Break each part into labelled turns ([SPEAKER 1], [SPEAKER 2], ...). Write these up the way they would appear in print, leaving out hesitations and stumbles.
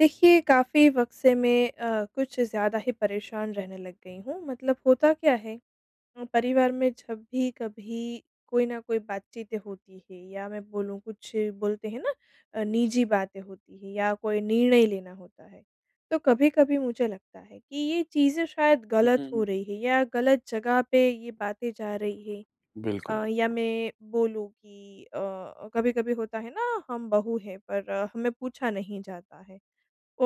[SPEAKER 1] देखिए, काफ़ी वक़्त से मैं कुछ ज़्यादा ही परेशान रहने लग गई हूँ। मतलब होता क्या है परिवार में जब भी कभी कोई ना कोई बातचीतें होती है या मैं बोलूँ कुछ बोलते हैं ना निजी बातें होती हैं या कोई निर्णय लेना होता है, तो कभी-कभी मुझे लगता है कि ये चीज़ें शायद गलत हो
[SPEAKER 2] हुँ।
[SPEAKER 1] रही है या गलत जगह पे ये बातें जा रही है।
[SPEAKER 2] बिल्कुल।
[SPEAKER 1] या मैं बोलूँ कि कभी-कभी होता है ना हम बहू हैं पर हमें पूछा नहीं जाता है।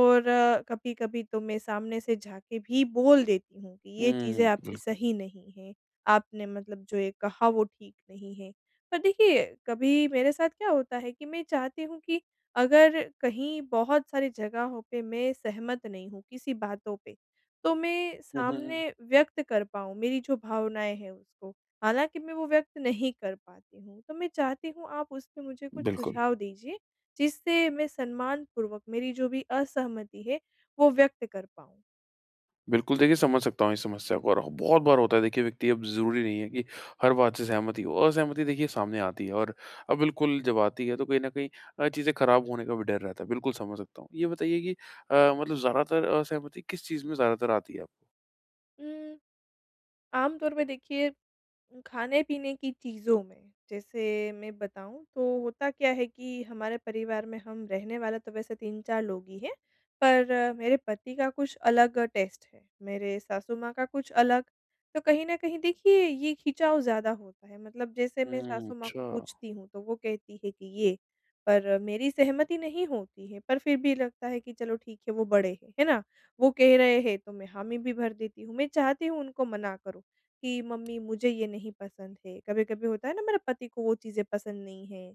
[SPEAKER 1] और कभी-कभी तो मैं सामने से जाके भी बोल देती हूँ कि ये चीज़ें
[SPEAKER 2] हुँ।
[SPEAKER 1] आपकी
[SPEAKER 2] बिल्कुल।
[SPEAKER 1] सही नहीं हैं, आपने मतलब जो ये कहा वो ठीक नहीं है। पर देखिए कभी मेरे साथ क्या होता है कि मैं चाहती हूँ कि अगर कहीं बहुत सारी जगहों पे मैं सहमत नहीं हूँ किसी बातों पे, तो मैं
[SPEAKER 2] हुँ, हुँ, हुँ।
[SPEAKER 1] सामने व्यक्त कर पाऊँ मेरी जो भावनाएँ हैं उसको। हालाँकि मैं वो व्यक्त नहीं कर पाती हूँ, तो मैं चाहती हूँ आप उसमें मुझे कुछ
[SPEAKER 2] बिल्कुल।
[SPEAKER 1] सुझाव दीजिए। जिससे मैं सम्मानपूर्वक मेरी जो भी असहमति है, वो व्यक्त कर पाऊँ।
[SPEAKER 2] बिल्कुल, देखिए समझ सकता हूँ इस समस्या को। और बहुत बार होता है, देखिए व्यक्ति, अब ज़रूरी नहीं है कि हर बात से सहमत ही हो। असहमति देखिए सामने आती है, और अब बिल्कुल जब आती है तो कहीं न कहीं चीज़ें खराब होने का भी डर रहता है। बिल्कुल समझ सकता हूँ। ये बताइए कि मतलब ज़्यादातर असहमति किस चीज़ में ज़्यादातर आती है आपको?
[SPEAKER 1] उम, आम तौर पे देखिए खाने-पीने की चीज़ों में, जैसे मैं बताऊँ तो होता क्या है कि हमारे परिवार में हम रहने वाले तो वैसे 3-4 लोग ही हैं, पर मेरे पति का कुछ अलग टेस्ट है, मेरे सासू माँ का कुछ अलग। तो कहीं न कहीं देखिए ये खिंचाव ज़्यादा होता है, मतलब जैसे मैं
[SPEAKER 2] हुँ।
[SPEAKER 1] सासू माँ को
[SPEAKER 2] अच्छा।
[SPEAKER 1] पूछती हूँ तो वो कहती है कि ये, पर मेरी सहमति नहीं होती है, पर फिर भी लगता है कि चलो ठीक है वो बड़े हैं, है ना? वो कह रहे हैं तो मैं हामी भी भर देती हूँ, मैं चाहती हूँ उनको मना करूँ, कि मम्मी मुझे ये नहीं पसंद है, कभी-कभी होता है ना मेरे पति को वो चीज़ें पसंद नहीं है,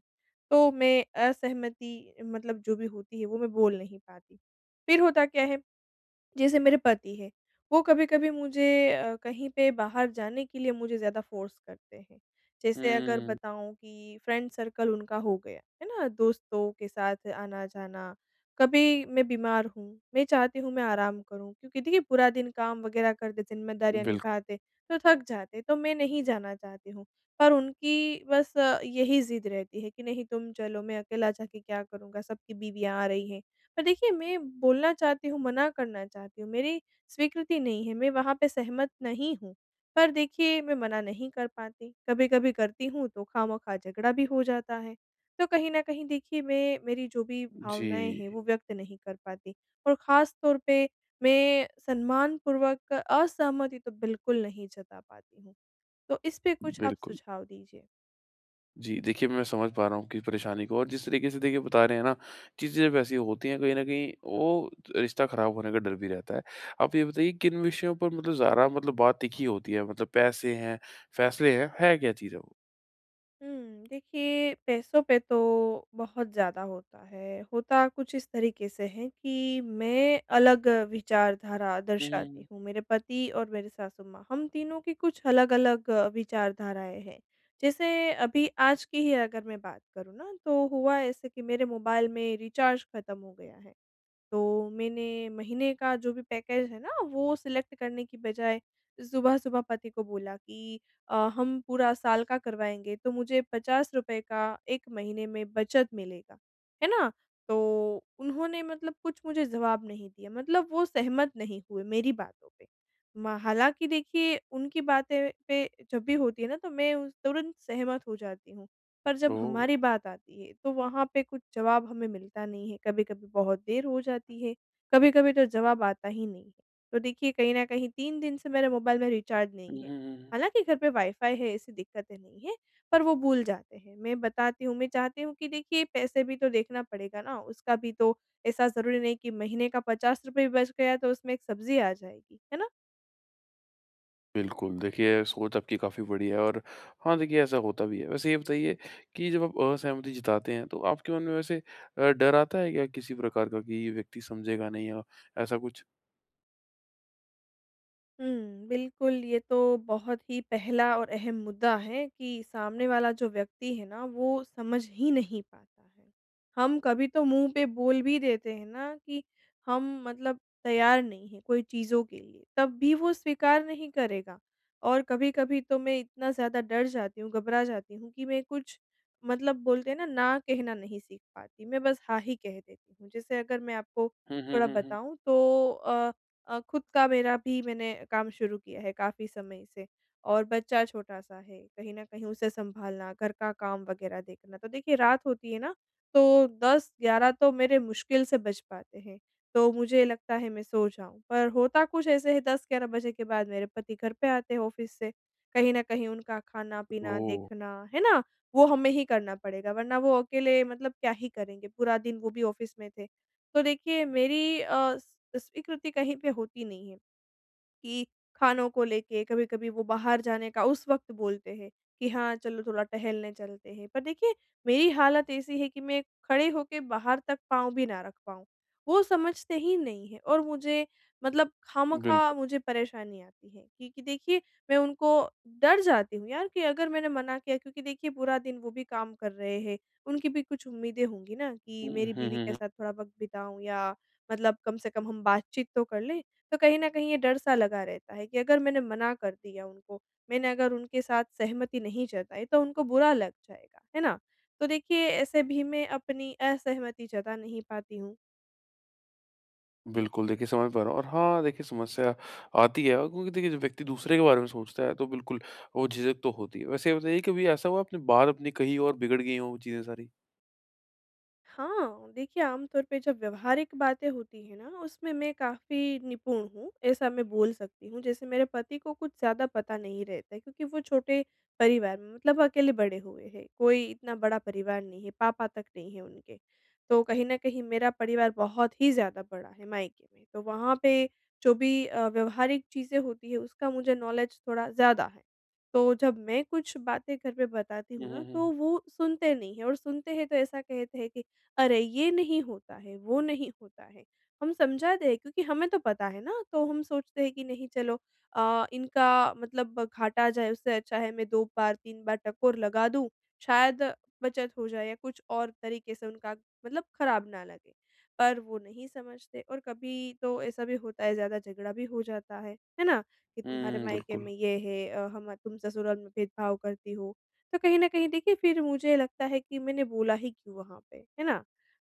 [SPEAKER 1] तो मैं असहमति मतलब जो भी होती है वो मैं बोल नहीं पाती। फिर होता क्या है जैसे मेरे पति हैं, वो कभी-कभी मुझे कहीं पे बाहर जाने के लिए मुझे ज़्यादा फ़ोर्स करते हैं। जैसे अगर
[SPEAKER 2] हुँ।
[SPEAKER 1] बताऊँ कि फ्रेंड सर्कल उनका हो गया, है ना? दोस्तों के साथ आना-जाना, कभी मैं बीमार हूँ, मैं चाहती हूँ मैं आराम करूँ क्योंकि देखिए पूरा दिन काम वग़ैरह करते, ज़िम्मेदारियाँ
[SPEAKER 2] बिल्क
[SPEAKER 1] निभाते, तो थक जाते, तो मैं नहीं जाना चाहती हूँ। पर उनकी बस यही ज़िद रहती है कि नहीं तुम चलो, मैं अकेला जाके क्या करूँगा? सबकी बीवियाँ आ रही हैं। पर देखिए मैं बोलना चाहती हूँ, मना करना चाहती हूँ, मेरी स्वीकृति नहीं है, मैं वहाँ पे सहमत नहीं हूँ। पर देखिए मैं मना नहीं कर पाती, कभी-कभी करती हूँ तो खामख़ा झगड़ा भी हो जाता है। तो कहीं न कहीं देखिए मैं मेरी जो भी
[SPEAKER 2] जी,
[SPEAKER 1] भावनाएँ हैं वो व्यक्त नहीं कर पाती और ख़ास तौर पे मैं सम्मानपूर्वक असहमति तो बिल्कुल नहीं जता पाती हूँ। तो इस पे कुछ आप
[SPEAKER 2] बिल्कुल।
[SPEAKER 1] सुझाव दीजिए।
[SPEAKER 2] जी, देखिए मैं समझ पा रहा हूँ आपकी परेशानी को। और जिस तरीके से देखिए बता रहे हैं ना, चीज़ें जब ऐसी होती हैं, कहीं न कहीं वो रिश्ता ख़राब होने का डर भी रहता है। आप ये बताइए, किन विषयों पर मतलब ज़्यादा, मतलब बात तिखी होती है? मतलब पैसे हैं, फ़ैसले हैं, है क्या चीज़ है वो?
[SPEAKER 1] हुँ, देखिए पैसों पे तो बहुत ज़्यादा होता है। होता कुछ इस तरीके से है कि मैं अलग विचारधारा
[SPEAKER 2] हुँ,
[SPEAKER 1] दर्शाती हूँ। मेरे पति और मेरे सासू माँ, हम तीनों की कुछ अलग-अलग विचारधाराएँ हैं। जैसे अभी आज की ही अगर मैं बात करूँ ना, तो हुआ ऐसे कि मेरे मोबाइल में रिचार्ज खत्म हो गया है। तो मैंने महीने का जो भी पैकेज है ना, वो सिलेक्ट करने की बजाय सुबह-सुबह पति को बोला कि हम पूरा साल का करवाएँगे, तो मुझे ₹50 का 1 महीने में बचत मिलेगा, है ना? तो उन्होंने मतलब कुछ मुझे जवाब नहीं दिया, मतलब वो सहमत नहीं हुए मेरी बातों पे। म हालाँकि देखिए, उनकी बातें पे जब भी होती है ना, तो मैं उस तुरंत सहमत हो जाती हूँ। पर जब हमारी
[SPEAKER 2] ओह!
[SPEAKER 1] बात आती है तो वहाँ पे कुछ जवाब हमें मिलता नहीं है। कभी-कभी बहुत देर हो जाती है, कभी-कभी तो जवाब आता ही नहीं है। तो देखिए कहीं न कहीं 3 दिन से मेरे मोबाइल में रिचार्ज
[SPEAKER 2] हुँ,
[SPEAKER 1] नहीं
[SPEAKER 2] हुँ,
[SPEAKER 1] है।
[SPEAKER 2] हुँ, हुँ।
[SPEAKER 1] हालाँकि घर पे वाईफ़ाई है ऐसी दिक्कतें नहीं है, पर वो भूल जाते हैं। मैं बताती हूँ मैं चाहती हूँ कि देखिए पैसे भी तो देखना पड़ेगा ना, उसका भी तो ऐसा ज़रूरी नहीं कि महीने का ₹50 बच गया तो उसमें एक सब्ज़ी आ जाएगी, है ना?
[SPEAKER 2] बिल्कुल, देखिए सोच आपकी काफ़ी बड़ी है। और हाँ, देखिए ऐसा होता भी है। वैसे ये बताइए कि जब आप असहमति जताते हैं तो आपके मन में वैसे डर आता है क्या किसी प्रकार का कि ये व्यक्ति समझेगा नहीं, या ऐसा कुछ?
[SPEAKER 1] हुँ, बिल्कुल, ये तो बहुत ही पहला और अहम मुद्दा है कि सामने वाला जो व्यक्ति है ना, वो समझ ही नहीं पाता है। हम कभी तो मुँह पे बोल भी देते हैं ना कि हम मतलब तैयार नहीं हैं कोई चीज़ों के लिए, तब भी वो स्वीकार नहीं करेगा। और कभी-कभी तो मैं इतना ज़्यादा डर जाती हूँ, घबरा जाती हूँ कि मैं कुछ मतलब बोलते हैं ना, ना कहना नहीं सीख पाती, मैं बस हाँ ही कह देती हूँ। जैसे अगर मैं आपको
[SPEAKER 2] हुँ, हुँ,
[SPEAKER 1] थोड़ा
[SPEAKER 2] हुँ, हुँ।
[SPEAKER 1] बताऊँ तो खुद का मेरा भी मैंने काम शुरू किया है काफ़ी समय से और बच्चा छोटा-सा है, कहीं न कहीं उसे सँभालना, घर का काम वग़ैरह देखना। तो देखिए रात होती है ना, तो 10-11 तो मेरे मुश्किल से बज पाते हैं, तो मुझे लगता है मैं सो जाऊँ। पर होता कुछ ऐसे है 10-11 बजे के बाद मेरे पति घर पे आते हैं ऑफ़िस से, कहीं न कहीं उनका खाना-पीना
[SPEAKER 2] ओह!
[SPEAKER 1] देखना, है ना? वो हमें ही करना पड़ेगा वरना वो अकेले मतलब क्या ही करेंगे, पूरा दिन वो भी ऑफ़िस में थे। तो देखिए मेरी स्वीकृति कहीं पे होती नहीं है कि खानों को लेके कभी-कभी वो बाहर जाने का उस वक़्त बोलते हैं कि हाँ, चलो थोड़ा टहलने चलते हैं। पर देखिए मेरी हालत ऐसी है कि मैं खड़े होके बाहर तक पाँव भी ना रख पाऊँ। वो समझते ही नहीं हैं और मुझे मतलब
[SPEAKER 2] बिल्कुल।
[SPEAKER 1] खामख़ा मुझे परेशानी आती है क्योंकि देखिए मैं उनको डर जाती हूँ यार कि अगर मैंने मना किया क्योंकि देखिए पूरा दिन वो भी काम कर रहे हैं, उनकी भी कुछ उम्मीदें होंगी ना कि
[SPEAKER 2] हुँ,
[SPEAKER 1] मेरी
[SPEAKER 2] हुँ,
[SPEAKER 1] बीवी
[SPEAKER 2] हुँ,
[SPEAKER 1] के
[SPEAKER 2] हुँ।
[SPEAKER 1] साथ थोड़ा वक़्त बिताऊँ या मतलब कम से कम हम बातचीत तो कर लें। तो कहीं न कहीं ये डर-सा लगा रहता है कि अगर मैंने मना कर दिया उनको, मैंने अगर उनके साथ सहमति नहीं जताई तो उनको बुरा लग जाएगा, है ना? तो देखिए ऐसे भी मैं अपनी असहमति जता नहीं पाती हूँ।
[SPEAKER 2] बिल्कुल, देखिए समझ पा रहा हूँ। और हाँ, देखिए समस्या आती है, और क्योंकि देखिए जब व्यक्ति दूसरे के बारे में सोचता है तो बिल्कुल वो झिझक तो होती है। वैसे ये बताइए, कभी ऐसा हुआ आपने बात अपनी कही हो और बिगड़ गई हों वो चीज़ें सारी?
[SPEAKER 1] हाँ, देखिए आम तौर पे जब व्यावहारिक बातें होती हैं ना, उसमें मैं काफ़ी निपुण हूँ, ऐसा मैं बोल सकती हूँ। जैसे मेरे पति को कुछ ज़्यादा पता नहीं रहता है क्योंकि वो छोटे परिवार में मतलब अकेले बड़े हुए हैं, कोई इतना बड़ा परिवार नहीं है, पापा तक नहीं है उनके। तो कहीं न कहीं मेरा परिवार बहुत ही ज़्यादा बड़ा है मायके में, तो वहाँ पे जो भी व्यावहारिक चीज़ें होती हैं, उसका मुझे नॉलेज थोड़ा ज़्यादा है। तो जब मैं कुछ बातें घर पे बताती
[SPEAKER 2] हुँ,
[SPEAKER 1] हूँ
[SPEAKER 2] हुँ,
[SPEAKER 1] ना,
[SPEAKER 2] हुँ, हुँ।
[SPEAKER 1] तो वो सुनते नहीं हैं और सुनते हैं तो ऐसा कहते हैं कि अरे! ये नहीं होता है, वो नहीं होता है। हम समझा दें क्योंकि हमें तो पता है ना, तो हम सोचते हैं कि नहीं चलो इनका मतलब घाटा जाए उससे अच्छा है मैं 2 बार, 3 बार टकोर लगा दूँ, शायद बचत हो जाए या कुछ और तरीके से उनका मतलब खराब ना लगे। पर वो नहीं समझते और कभी तो ऐसा भी होता है ज़्यादा झगड़ा भी हो जाता है ना? कि तुम्हारे
[SPEAKER 2] हुँ,
[SPEAKER 1] मायके
[SPEAKER 2] बिल्कुल।
[SPEAKER 1] में ये है हम तुम ससुराल में भेदभाव करती हो। तो कहीं न कहीं देखिए फिर मुझे लगता है कि मैंने बोला ही क्यों वहाँ पे, है ना?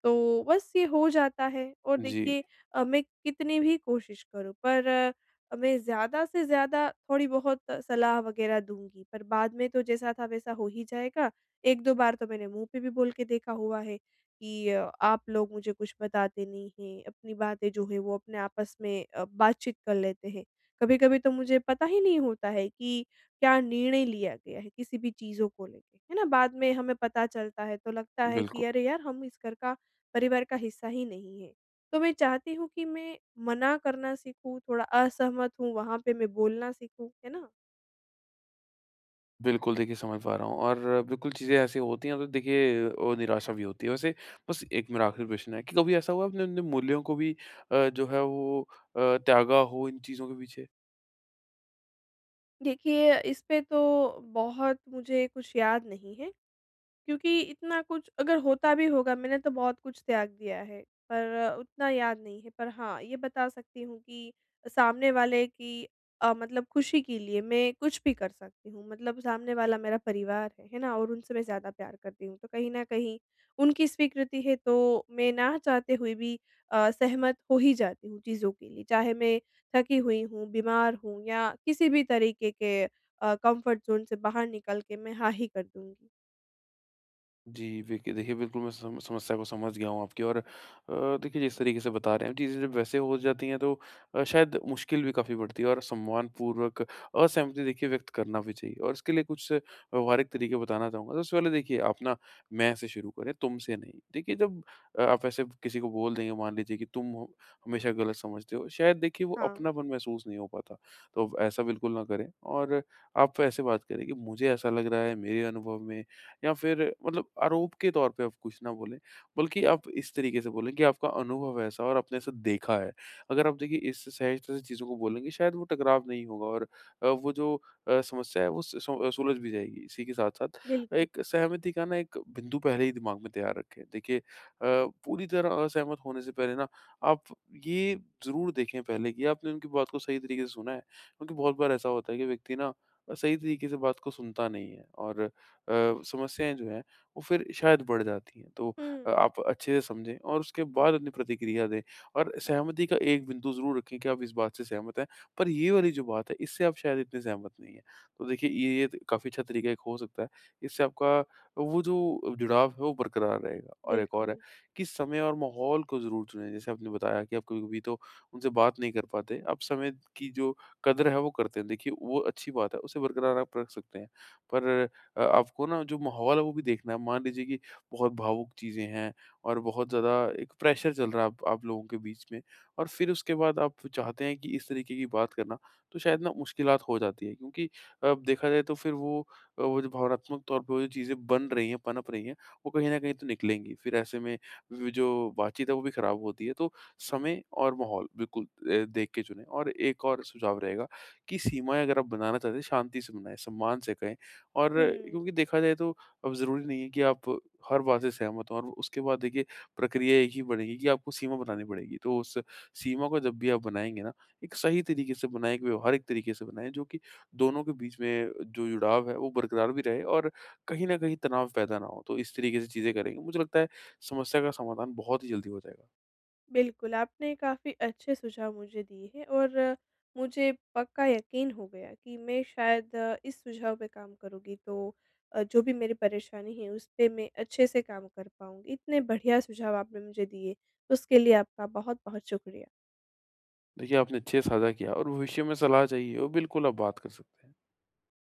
[SPEAKER 1] तो बस ये हो जाता है और
[SPEAKER 2] जी,
[SPEAKER 1] देखिए मैं कितनी भी कोशिश करूँ पर मैं ज़्यादा से ज़्यादा थोड़ी बहुत सलाह वग़ैरह दूँगी, पर बाद में तो जैसा था वैसा हो ही जाएगा। 1-2 बार तो मैंने मुँह पे भी बोल के देखा हुआ है कि आप लोग मुझे कुछ बताते नहीं हैं, अपनी बातें जो है वो अपने आपस में बातचीत कर लेते हैं। कभी-कभी तो मुझे पता ही नहीं होता है कि क्या निर्णय लिया गया है किसी भी चीज़ों को लेके, है ना? बाद में हमें पता चलता है तो लगता है
[SPEAKER 2] बिल्कुल।
[SPEAKER 1] कि अरे यार हम इस घर का परिवार का हिस्सा ही नहीं है। तो मैं चाहती हूँ कि मैं मना करना सीखूँ, थोड़ा असहमत हूँ वहाँ पे मैं बोलना सीखूँ, है ना?
[SPEAKER 2] बिल्कुल, देखिए समझ पा रहा हूँ। और बिल्कुल चीज़ें ऐसी होती हैं तो देखिए वो निराशा भी होती है। वैसे बस एक मेरा आखिरी प्रश्न है कि कभी ऐसा हुआ आपने अपने मूल्यों को भी, जो है वो, अ, त्यागा हो इन चीज़ों के पीछे?
[SPEAKER 1] देखिए, इस पे तो बहुत मुझे कुछ याद नहीं है। क्योंकि इतना कुछ अगर होता भी होगा मैंने तो बहुत कुछ त्याग दिया है, पर उतना याद नहीं है। पर हाँ, ये बता सकती हूँ कि सामने वाले की मतलब खुशी के लिए मैं कुछ भी कर सकती हूँ। मतलब सामने वाला मेरा परिवार है ना? और उनसे मैं ज़्यादा प्यार करती हूँ। तो कहीं न कहीं उनकी स्वीकृति है तो मैं ना चाहते हुए भी सहमत हो ही जाती हूँ चीज़ों के लिए। चाहे मैं थकी हुई हूँ, बीमार हूँ या किसी भी तरीके के कम्फर्ट ज़ोन से बाहर निकल के मैं हाँ ही कर दूँगी।
[SPEAKER 2] जी, देखिए देखिए, बिल्कुल मैं सम समस्या को समझ गया हूँ आपकी। और देखिए जिस तरीके से बता रहे हैं, चीज़ें जब वैसे हो जाती हैं तो शायद मुश्किल भी काफ़ी बढ़ती है, और सम्मानपूर्वक असहमति देखिए व्यक्त करना भी चाहिए। और इसके लिए कुछ व्यवहारिक तरीके बताना चाहूँगा। सबसे पहले देखिए आप ना, मैं से शुरू करें, तुम से नहीं। देखिए जब आप ऐसे किसी को बोल देंगे, मान लीजिए कि तुम हो हमेशा गलत समझते हो, शायद देखिए वो
[SPEAKER 1] हाँ।
[SPEAKER 2] अपनापन महसूस नहीं हो पाता। तो ऐसा बिल्कुल ना करें, और आप ऐसे बात करें कि मुझे ऐसा लग रहा है मेरे अनुभव में, या फिर मतलब आरोप के तौर पे आप कुछ ना बोलें, बल्कि आप इस तरीके से बोलें कि आपका अनुभव ऐसा, और आपने ऐसा देखा है। अगर आप देखिए इस सहजता से चीज़ों को बोलेंगे, शायद वो टकराव नहीं होगा, और वो जो समस्या है वो स सु सुलझ भी जाएगी। इसी के साथ-साथ
[SPEAKER 1] बिल्कुल।
[SPEAKER 2] एक सहमति का ना एक बिंदु पहले ही दिमाग में तैयार रखें। देखिए पूरी तरह असहमत होने से पहले ना, आप ये ज़रूर देखें पहले कि आपने उनकी बात को सही तरीके से सुना है। क्योंकि बहुत बार ऐसा होता है कि व्यक्ति ना सही तरीके से बात को सुनता नहीं है, और समस्याएँ जो हैं वो फिर शायद बढ़ जाती हैं। तो
[SPEAKER 1] हुँ,
[SPEAKER 2] आप अच्छे से समझें और उसके बाद अपनी प्रतिक्रिया दें, और सहमति का एक बिंदु ज़रूर रखें कि आप इस बात से सहमत हैं, पर ये वाली जो बात है इससे आप शायद इतने सहमत नहीं हैं। तो देखिए ये काफ़ी अच्छा तरीका एक हो सकता है। इससे आपका वो जो जुड़ाव है वो बरकरार रहेगा। और एक और है
[SPEAKER 1] बिल्कुल।
[SPEAKER 2] कि समय और माहौल को ज़रूर चुनें। जैसे आपने बताया कि आप कभी-कभी तो उनसे बात नहीं कर पाते, आप समय की जो कदर है वो करते हैं। देखिए वो अच्छी बात है, उसे बरकरार आप रख सकते हैं। पर आपको ना जो माहौल है वो भी देखना है। मान लीजिए कि बहुत भावुक चीज़ें हैं, और बहुत ज़्यादा एक प्रेशर चल रहा है आप लोगों के बीच में, और फिर उसके बाद आप चाहते हैं कि इस तरीके की बात करना, तो शायद ना मुश्किलात हो जाती है। क्योंकि अब देखा जाए तो फिर वो, वो जो भावनात्मक तौर पे वो जो चीज़ें बन रही हैं, पनप रही हैं, वो कहीं न कहीं तो निकलेंगी। फिर ऐसे में वो जो बातचीत है वो भी खराब होती है। तो समय और माहौल बिल्कुल देख के चुनें। और एक और सुझाव रहेगा कि सीमाएँ अगर आप बनाना चाहते हैं, शांति से बनाएँ, सम्मान से कहें। और
[SPEAKER 1] हुँ,
[SPEAKER 2] क्योंकि देखा जाए तो अब ज़रूरी नहीं है कि आप हर बात से सहमत हों, और उसके बाद देखिए प्रक्रिया एक ही बनेगी कि आपको सीमा बनानी पड़ेगी। तो उस सीमा को जब भी आप बनाएँगे ना, एक सही तरीके से बनाएँ, एक व्यवहारिक तरीके से बनाएँ, जो कि दोनों के बीच में जो जुड़ाव है वो बरकरार भी रहे, और कहीं न कहीं तनाव पैदा ना हो। तो इस तरीके से चीज़ें करेंगे, मुझे लगता है समस्या का समाधान बहुत ही जल्दी हो जाएगा।
[SPEAKER 1] बिल्कुल, आपने काफ़ी अच्छे सुझाव मुझे दिए हैं और मुझे पक्का यकीन हो गया कि मैं शायद इस सुझाव पे काम करूँगी तो जो भी मेरी परेशानी है उस पे मैं अच्छे से काम कर पाऊँगी। इतने बढ़िया सुझाव आपने मुझे दिए, उसके लिए आपका बहुत-बहुत शुक्रिया।
[SPEAKER 2] देखिए आपने अच्छे से साझा किया, और भविष्य में सलाह चाहिए हो बिल्कुल आप बात कर सकते हैं।